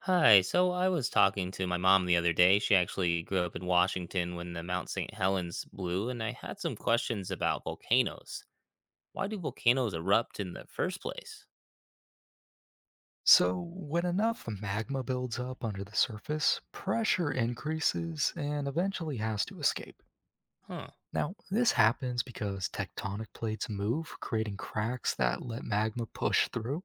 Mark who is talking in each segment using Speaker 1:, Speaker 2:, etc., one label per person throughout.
Speaker 1: Hi. So I was talking to my mom the other day. She actually grew up in Washington when the Mount St. Helens blew, and I had some questions about volcanoes. Why do volcanoes erupt in the first place?
Speaker 2: So, when enough magma builds up under the surface, pressure increases and eventually has to escape.
Speaker 1: Huh.
Speaker 2: Now, this happens because tectonic plates move, creating cracks that let magma push through,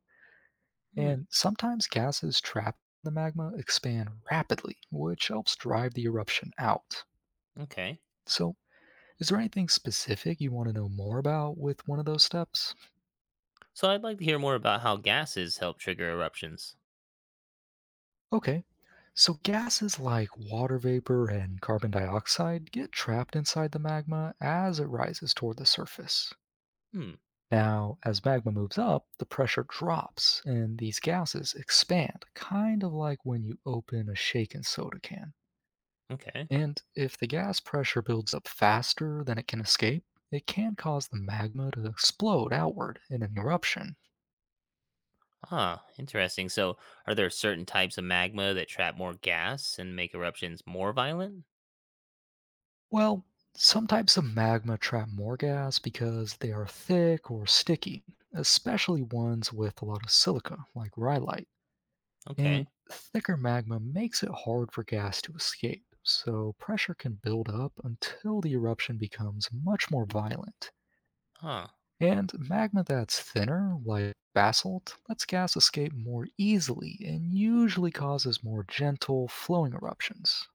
Speaker 1: Hmm.
Speaker 2: and sometimes gases trapped in the magma expand rapidly, which helps drive the eruption out.
Speaker 1: Okay.
Speaker 2: So, is there anything specific you want to know more about with one of those steps?
Speaker 1: So I'd like to hear more about how gases help trigger eruptions.
Speaker 2: Okay. So gases like water vapor and carbon dioxide get trapped inside the magma as it rises toward the surface.
Speaker 1: Hmm.
Speaker 2: Now, as magma moves up, the pressure drops and these gases expand, kind of like when you open a shaken soda can.
Speaker 1: Okay.
Speaker 2: And if the gas pressure builds up faster than it can escape, it can cause the magma to explode outward in an eruption.
Speaker 1: Ah, interesting. So are there certain types of magma that trap more gas and make eruptions more violent?
Speaker 2: Well, some types of magma trap more gas because they are thick or sticky, especially ones with a lot of silica, like rhyolite. And
Speaker 1: Okay.
Speaker 2: thicker magma makes it hard for gas to escape, so pressure can build up until the eruption becomes much more violent.
Speaker 1: Huh.
Speaker 2: And magma that's thinner, like basalt, lets gas escape more easily and usually causes more gentle, flowing eruptions.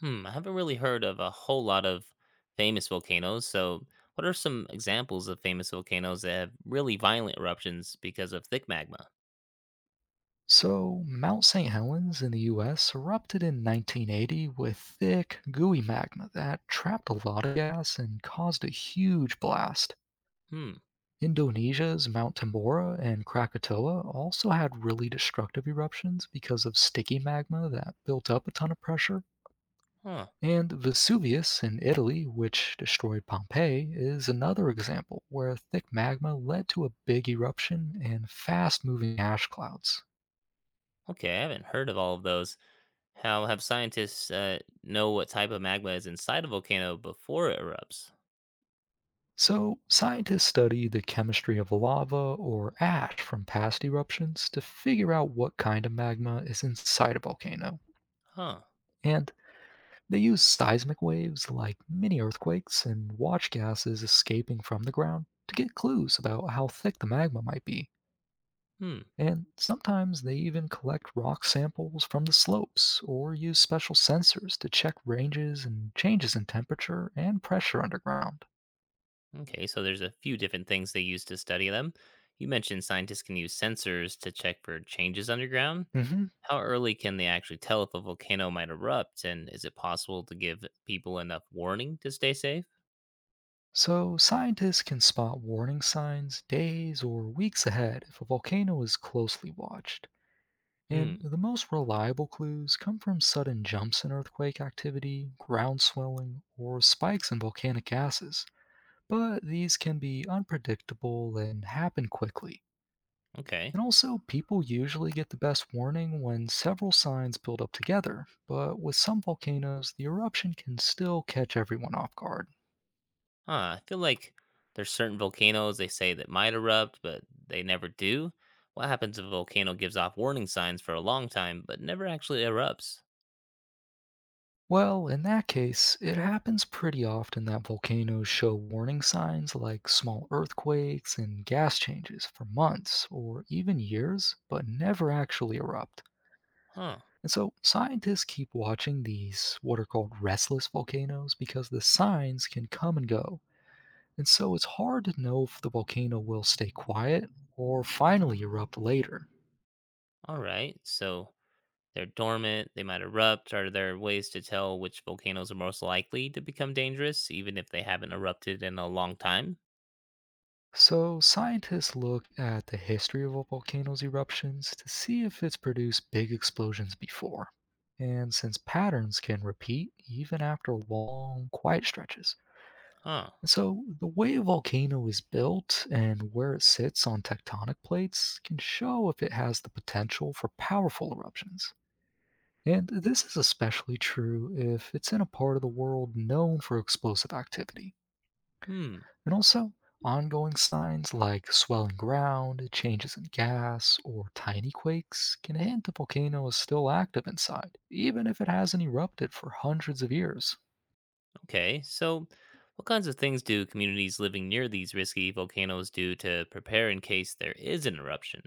Speaker 1: Hmm, I haven't really heard of a whole lot of famous volcanoes. So, what are some examples of famous volcanoes that have really violent eruptions because of thick magma?
Speaker 2: So, Mount St. Helens in the US erupted in 1980 with thick, gooey magma that trapped a lot of gas and caused a huge blast.
Speaker 1: Hmm,
Speaker 2: Indonesia's Mount Tambora and Krakatoa also had really destructive eruptions because of sticky magma that built up a ton of pressure.
Speaker 1: huh.
Speaker 2: And Vesuvius in Italy, which destroyed Pompeii, is another example where thick magma led to a big eruption and fast moving ash clouds.
Speaker 1: Okay, I haven't heard of all of those. How have scientists know what type of magma is inside a volcano before it erupts?
Speaker 2: So, scientists study the chemistry of lava or ash from past eruptions to figure out what kind of magma is inside a volcano.
Speaker 1: Huh.
Speaker 2: And they use seismic waves like mini earthquakes and watch gases escaping from the ground to get clues about how thick the magma might be.
Speaker 1: Hmm.
Speaker 2: And sometimes they even collect rock samples from the slopes or use special sensors to check ranges and changes in temperature and pressure underground.
Speaker 1: Okay, so there's a few different things they use to study them. You mentioned scientists can use sensors to check for changes underground.
Speaker 2: Hmm.
Speaker 1: How early can they actually tell if a volcano might erupt? And is it possible to give people enough warning to stay safe?
Speaker 2: So, scientists can spot warning signs days or weeks ahead if a volcano is closely watched.
Speaker 1: Hmm,
Speaker 2: And the most reliable clues come from sudden jumps in earthquake activity, ground swelling, or spikes in volcanic gases. But these can be unpredictable and happen quickly.
Speaker 1: okay.
Speaker 2: And also, people usually get the best warning when several signs build up together, but with some volcanoes, the eruption can still catch everyone off guard.
Speaker 1: Huh, I feel like there's certain volcanoes they say that might erupt, but they never do. What happens if a volcano gives off warning signs for a long time, but never actually erupts?
Speaker 2: Well, in that case, it happens pretty often that volcanoes show warning signs like small earthquakes and gas changes for months or even years, but never actually erupt.
Speaker 1: Huh,
Speaker 2: And so scientists keep watching these what are called restless volcanoes because the signs can come and go. And so it's hard to know if the volcano will stay quiet or finally erupt later.
Speaker 1: all right. So they're dormant, they might erupt. Are there ways to tell which volcanoes are most likely to become dangerous, even if they haven't erupted in a long time?
Speaker 2: So, scientists look at the history of a volcano's eruptions to see if it's produced big explosions before. And since patterns can repeat even after long, quiet stretches.
Speaker 1: Huh.
Speaker 2: So, the way a volcano is built and where it sits on tectonic plates can show if it has the potential for powerful eruptions. And this is especially true if it's in a part of the world known for explosive activity,
Speaker 1: Hmm.
Speaker 2: and also ongoing signs like swelling ground, changes in gas, or tiny quakes can hint the volcano is still active inside, even if it hasn't erupted for hundreds of years.
Speaker 1: Okay. So, what kinds of things do communities living near these risky volcanoes do to prepare in case there is an eruption?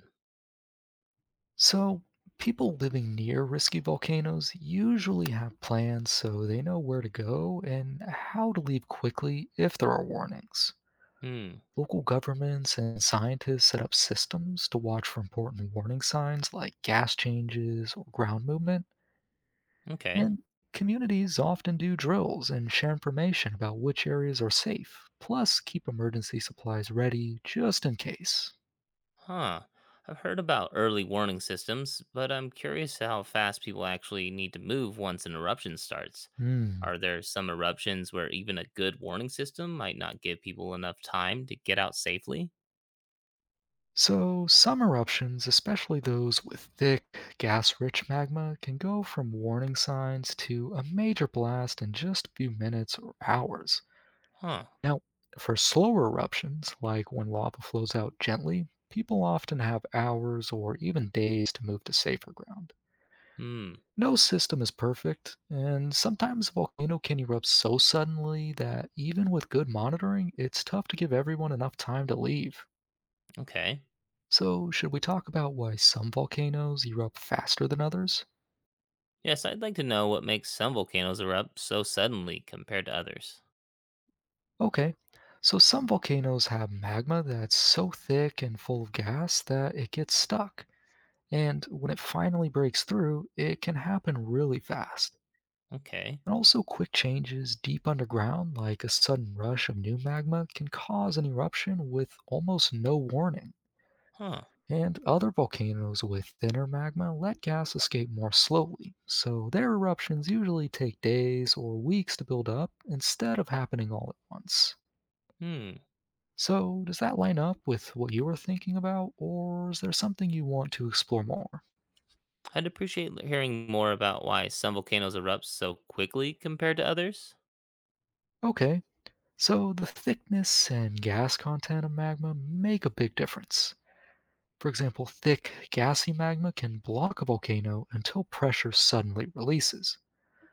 Speaker 2: So, people living near risky volcanoes usually have plans so they know where to go and how to leave quickly if there are warnings.
Speaker 1: Hmm.
Speaker 2: Local governments and scientists set up systems to watch for important warning signs like gas changes or ground movement.
Speaker 1: Okay.
Speaker 2: And communities often do drills and share information about which areas are safe, plus keep emergency supplies ready just in case.
Speaker 1: Huh. I've heard about early warning systems, but I'm curious how fast people actually need to move once an eruption starts.
Speaker 2: Hmm.
Speaker 1: Are there some eruptions where even a good warning system might not give people enough time to get out safely?
Speaker 2: So, some eruptions, especially those with thick, gas rich magma, can go from warning signs to a major blast in just a few minutes or hours.
Speaker 1: Huh.
Speaker 2: Now, for slower eruptions, like when lava flows out gently, people often have hours or even days to move to safer ground.
Speaker 1: Hmm.
Speaker 2: No system is perfect, and sometimes a volcano can erupt so suddenly that even with good monitoring, it's tough to give everyone enough time to leave.
Speaker 1: Okay.
Speaker 2: So, should we talk about why some volcanoes erupt faster than others?
Speaker 1: Yes, I'd like to know what makes some volcanoes erupt so suddenly compared to others.
Speaker 2: Okay, so some volcanoes have magma that's so thick and full of gas that it gets stuck, and when it finally breaks through, it can happen really fast.
Speaker 1: Okay.
Speaker 2: And also, quick changes deep underground, like a sudden rush of new magma, can cause an eruption with almost no warning.
Speaker 1: Huh.
Speaker 2: And other volcanoes with thinner magma let gas escape more slowly, so their eruptions usually take days or weeks to build up instead of happening all at once.
Speaker 1: Hmm.
Speaker 2: So, does that line up with what you were thinking about, or is there something you want to explore more?
Speaker 1: I'd appreciate hearing more about why some volcanoes erupt so quickly compared to others.
Speaker 2: Okay, so the thickness and gas content of magma make a big difference. For example, thick, gassy magma can block a volcano until pressure suddenly releases.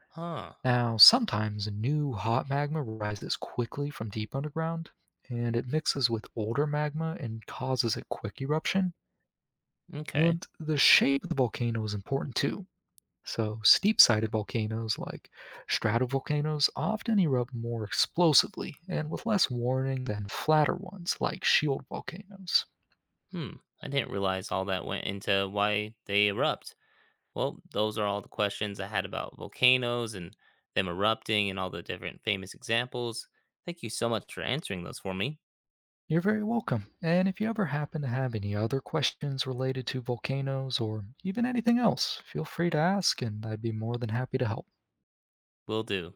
Speaker 1: Huh.
Speaker 2: Now, sometimes new hot magma rises quickly from deep underground, and it mixes with older magma and causes a quick eruption.
Speaker 1: Okay.
Speaker 2: And the shape of the volcano is important too. So, steep sided volcanoes like stratovolcanoes often erupt more explosively and with less warning than flatter ones like shield volcanoes.
Speaker 1: Hmm. I didn't realize all that went into why they erupt. Well, those are all the questions I had about volcanoes and them erupting and all the different famous examples. Thank you so much for answering those for me.
Speaker 2: You're very welcome. And if you ever happen to have any other questions related to volcanoes or even anything else, feel free to ask, and I'd be more than happy to help.
Speaker 1: Will do.